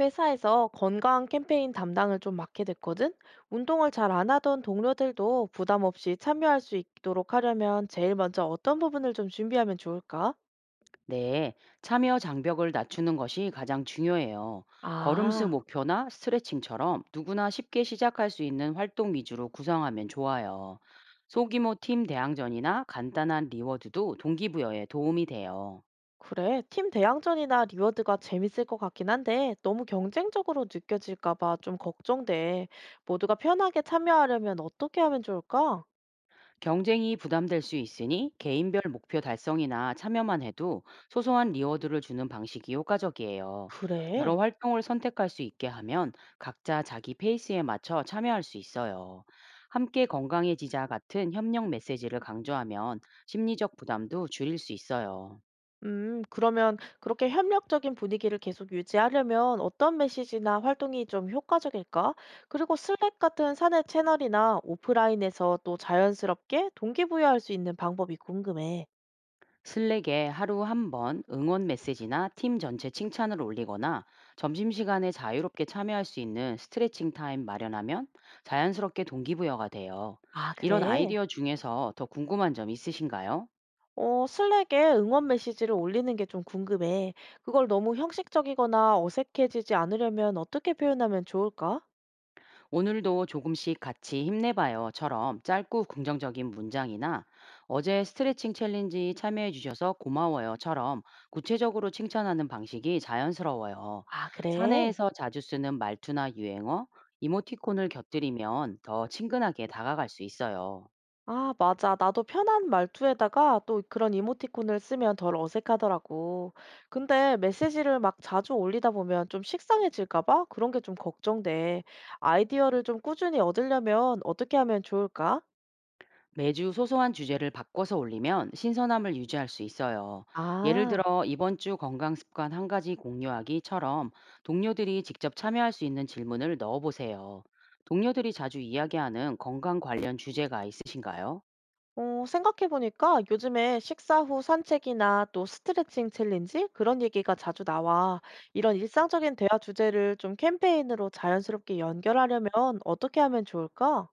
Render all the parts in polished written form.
회사에서 건강 캠페인 담당을 좀 맡게 됐거든? 운동을 잘 안 하던 동료들도 부담 없이 참여할 수 있도록 하려면 제일 먼저 어떤 부분을 좀 준비하면 좋을까? 네, 참여 장벽을 낮추는 것이 가장 중요해요. 걸음수 아, 목표나 스트레칭처럼 누구나 쉽게 시작할 수 있는 활동 위주로 구성하면 좋아요. 소규모 팀 대항전이나 간단한 리워드도 동기부여에 도움이 돼요. 그래. 팀 대항전이나 리워드가 재밌을 것 같긴 한데 너무 경쟁적으로 느껴질까 봐 좀 걱정돼. 모두가 편하게 참여하려면 어떻게 하면 좋을까? 경쟁이 부담될 수 있으니 개인별 목표 달성이나 참여만 해도 소소한 리워드를 주는 방식이 효과적이에요. 여러 그래. 활동을 선택할 수 있게 하면 각자 자기 페이스에 맞춰 참여할 수 있어요. 함께 건강해지자 같은 협력 메시지를 강조하면 심리적 부담도 줄일 수 있어요. 그러면 그렇게 협력적인 분위기를 계속 유지하려면 어떤 메시지나 활동이 좀 효과적일까? 그리고 슬랙 같은 사내 채널이나 오프라인에서 또 자연스럽게 동기부여할 수 있는 방법이 궁금해. 슬랙에 하루 한 번 응원 메시지나 팀 전체 칭찬을 올리거나 점심시간에 자유롭게 참여할 수 있는 스트레칭 타임 마련하면 자연스럽게 동기부여가 돼요. 아, 이런 그래? 아이디어 중에서 더 궁금한 점 있으신가요? 어, 슬랙에 응원 메시지를 올리는 게 좀 궁금해. 그걸 너무 형식적이거나 어색해지지 않으려면 어떻게 표현하면 좋을까? 오늘도 조금씩 같이 힘내봐요처럼 짧고 긍정적인 문장이나 어제 스트레칭 챌린지 참여해 주셔서 고마워요처럼 구체적으로 칭찬하는 방식이 자연스러워요. 아, 그래. 사내에서 자주 쓰는 말투나 유행어, 이모티콘을 곁들이면 더 친근하게 다가갈 수 있어요. 아, 맞아. 나도 편한 말투에다가 또 그런 이모티콘을 쓰면 덜 어색하더라고. 근데 메시지를 막 자주 올리다 보면 좀 식상해질까 봐 그런 게 좀 걱정돼. 아이디어를 좀 꾸준히 얻으려면 어떻게 하면 좋을까? 매주 소소한 주제를 바꿔서 올리면 신선함을 유지할 수 있어요. 예를 아, 들어, 이번 주 건강 습관 한 가지 공유하기처럼 동료들이 직접 참여할 수 있는 질문을 넣어보세요. 동료들이 자주 이야기하는 건강 관련 주제가 있으신가요? 어, 생각해보니까 요즘에 식사 후 산책이나 또 스트레칭 챌린지 그런 얘기가 자주 나와. 이런 일상적인 대화 주제를 좀 캠페인으로 자연스럽게 연결하려면 어떻게 하면 좋을까?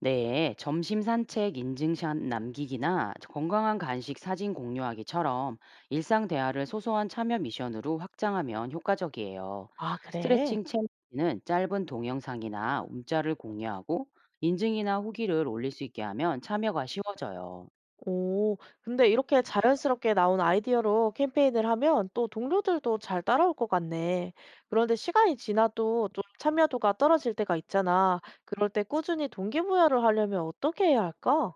네, 점심 산책 인증샷 남기기나 건강한 간식 사진 공유하기처럼 일상 대화를 소소한 참여 미션으로 확장하면 효과적이에요. 아, 그래? 스트레칭 챌린지는 짧은 동영상이나 움짤을 공유하고 인증이나 후기를 올릴 수 있게 하면 참여가 쉬워져요. 오, 근데 이렇게 자연스럽게 나온 아이디어로 캠페인을 하면 또 동료들도 잘 따라올 것 같네. 그런데 시간이 지나도 좀 참여도가 떨어질 때가 있잖아. 그럴 때 꾸준히 동기부여를 하려면 어떻게 해야 할까?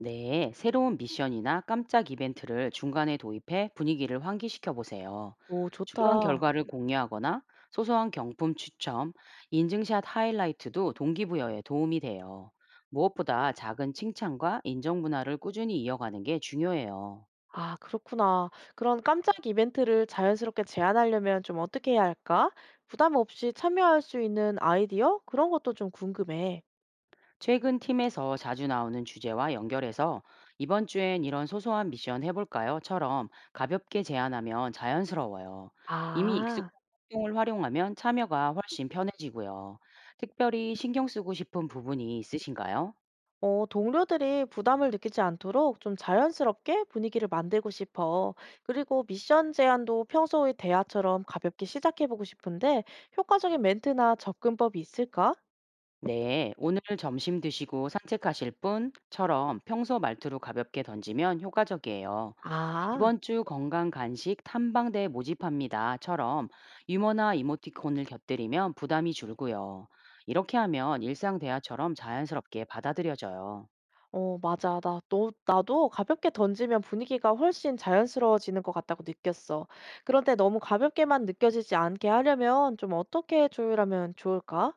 네, 새로운 미션이나 깜짝 이벤트를 중간에 도입해 분위기를 환기시켜 보세요. 오, 중간 좋다. 결과를 공유하거나 소소한 경품 추첨, 인증샷 하이라이트도 동기부여에 도움이 돼요. 무엇보다 작은 칭찬과 인정 문화를 꾸준히 이어가는 게 중요해요. 아, 그렇구나. 그런 깜짝 이벤트를 자연스럽게 제안하려면 좀 어떻게 해야 할까? 부담 없이 참여할 수 있는 아이디어? 그런 것도 좀 궁금해. 최근 팀에서 자주 나오는 주제와 연결해서 이번 주엔 이런 소소한 미션 해볼까요?처럼 가볍게 제안하면 자연스러워요. 이미 아. 익숙한 활동을 활용하면 참여가 훨씬 편해지고요. 특별히 신경 쓰고 싶은 부분이 있으신가요? 어, 동료들이 부담을 느끼지 않도록 좀 자연스럽게 분위기를 만들고 싶어. 그리고 미션 제안도 평소의 대화처럼 가볍게 시작해보고 싶은데 효과적인 멘트나 접근법이 있을까? 네, 오늘 점심 드시고 산책하실 분?처럼 평소 말투로 가볍게 던지면 효과적이에요. 아, 이번 주 건강 간식 탐방대 모집합니다.처럼 유머나 이모티콘을 곁들이면 부담이 줄고요. 이렇게 하면 일상 대화처럼 자연스럽게 받아들여져요. 어, 맞아. 나도 가볍게 던지면 분위기가 훨씬 자연스러워지는 것 같다고 느꼈어. 그런데 너무 가볍게만 느껴지지 않게 하려면 좀 어떻게 조율하면 좋을까?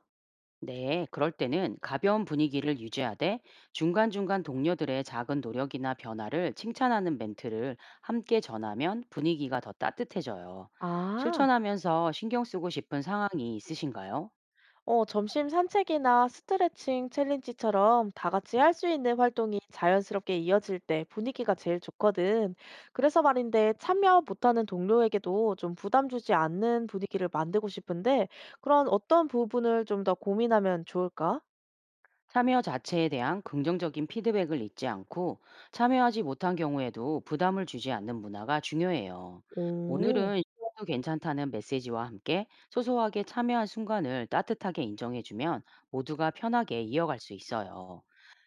네, 그럴 때는 가벼운 분위기를 유지하되 중간중간 동료들의 작은 노력이나 변화를 칭찬하는 멘트를 함께 전하면 분위기가 더 따뜻해져요. 아. 실천하면서 신경 쓰고 싶은 상황이 있으신가요? 어, 점심 산책이나 스트레칭 챌린지처럼 다 같이 할 수 있는 활동이 자연스럽게 이어질 때 분위기가 제일 좋거든. 그래서 말인데 참여 못하는 동료에게도 좀 부담 주지 않는 분위기를 만들고 싶은데 그런 어떤 부분을 좀 더 고민하면 좋을까? 참여 자체에 대한 긍정적인 피드백을 잊지 않고 참여하지 못한 경우에도 부담을 주지 않는 문화가 중요해요. 오, 오늘은 쉬어도 괜찮다는 메시지와 함께 소소하게 참여한 순간을 따뜻하게 인정해주면 모두가 편하게 이어갈 수 있어요.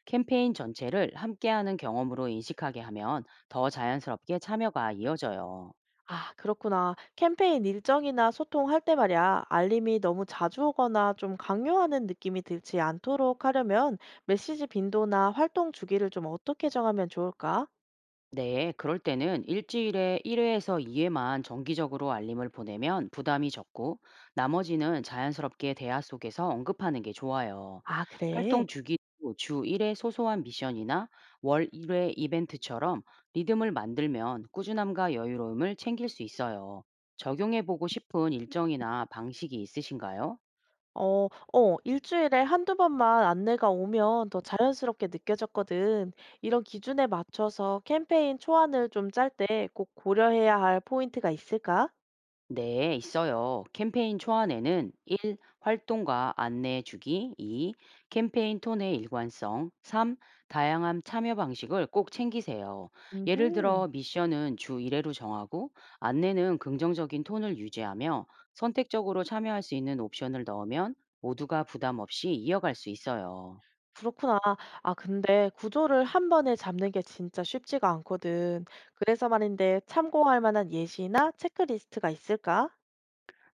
캠페인 전체를 함께하는 경험으로 인식하게 하면 더 자연스럽게 참여가 이어져요. 아, 그렇구나. 캠페인 일정이나 소통할 때 말이야, 알림이 너무 자주 오거나 좀 강요하는 느낌이 들지 않도록 하려면 메시지 빈도나 활동 주기를 좀 어떻게 정하면 좋을까? 네, 그럴 때는 일주일에 1회에서 2회만 정기적으로 알림을 보내면 부담이 적고 나머지는 자연스럽게 대화 속에서 언급하는 게 좋아요. 아 그래? 활동 주기도 주 1회 소소한 미션이나 월 1회 이벤트처럼 리듬을 만들면 꾸준함과 여유로움을 챙길 수 있어요. 적용해 보고 싶은 일정이나 방식이 있으신가요? 일주일에 한두 번만 안내가 오면 더 자연스럽게 느껴졌거든. 이런 기준에 맞춰서 캠페인 초안을 좀 짤 때 꼭 고려해야 할 포인트가 있을까? 네, 있어요. 캠페인 초안에는 1. 활동과 안내해 주기 2. 캠페인 톤의 일관성 3. 다양한 참여 방식을 꼭 챙기세요. 예를 음흠. 들어 미션은 주 1회로 정하고 안내는 긍정적인 톤을 유지하며 선택적으로 참여할 수 있는 옵션을 넣으면 모두가 부담 없이 이어갈 수 있어요. 그렇구나. 아 근데 구조를 한 번에 잡는 게 진짜 쉽지가 않거든. 그래서 말인데 참고할 만한 예시나 체크리스트가 있을까?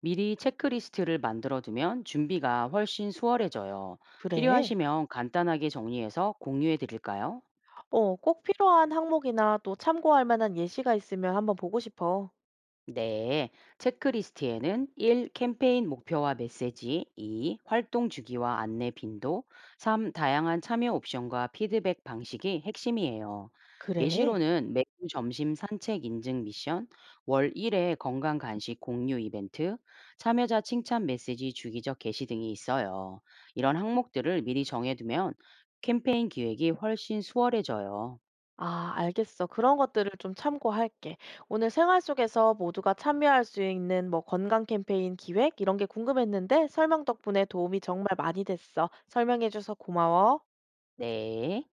미리 체크리스트를 만들어 두면 준비가 훨씬 수월해져요. 그래? 필요하시면 간단하게 정리해서 공유해 드릴까요? 어 꼭 필요한 항목이나 또 참고할 만한 예시가 있으면 한번 보고 싶어. 네, 체크리스트에는 1. 캠페인 목표와 메시지, 2. 활동 주기와 안내 빈도, 3. 다양한 참여 옵션과 피드백 방식이 핵심이에요. 그래? 예시로는 매주 점심 산책 인증 미션, 월 1회 건강 간식 공유 이벤트, 참여자 칭찬 메시지 주기적 게시 등이 있어요. 이런 항목들을 미리 정해두면 캠페인 기획이 훨씬 수월해져요. 아, 알겠어. 그런 것들을 좀 참고할게. 오늘 생활 속에서 모두가 참여할 수 있는 뭐 건강 캠페인 기획 이런 게 궁금했는데 설명 덕분에 도움이 정말 많이 됐어. 설명해줘서 고마워. 네.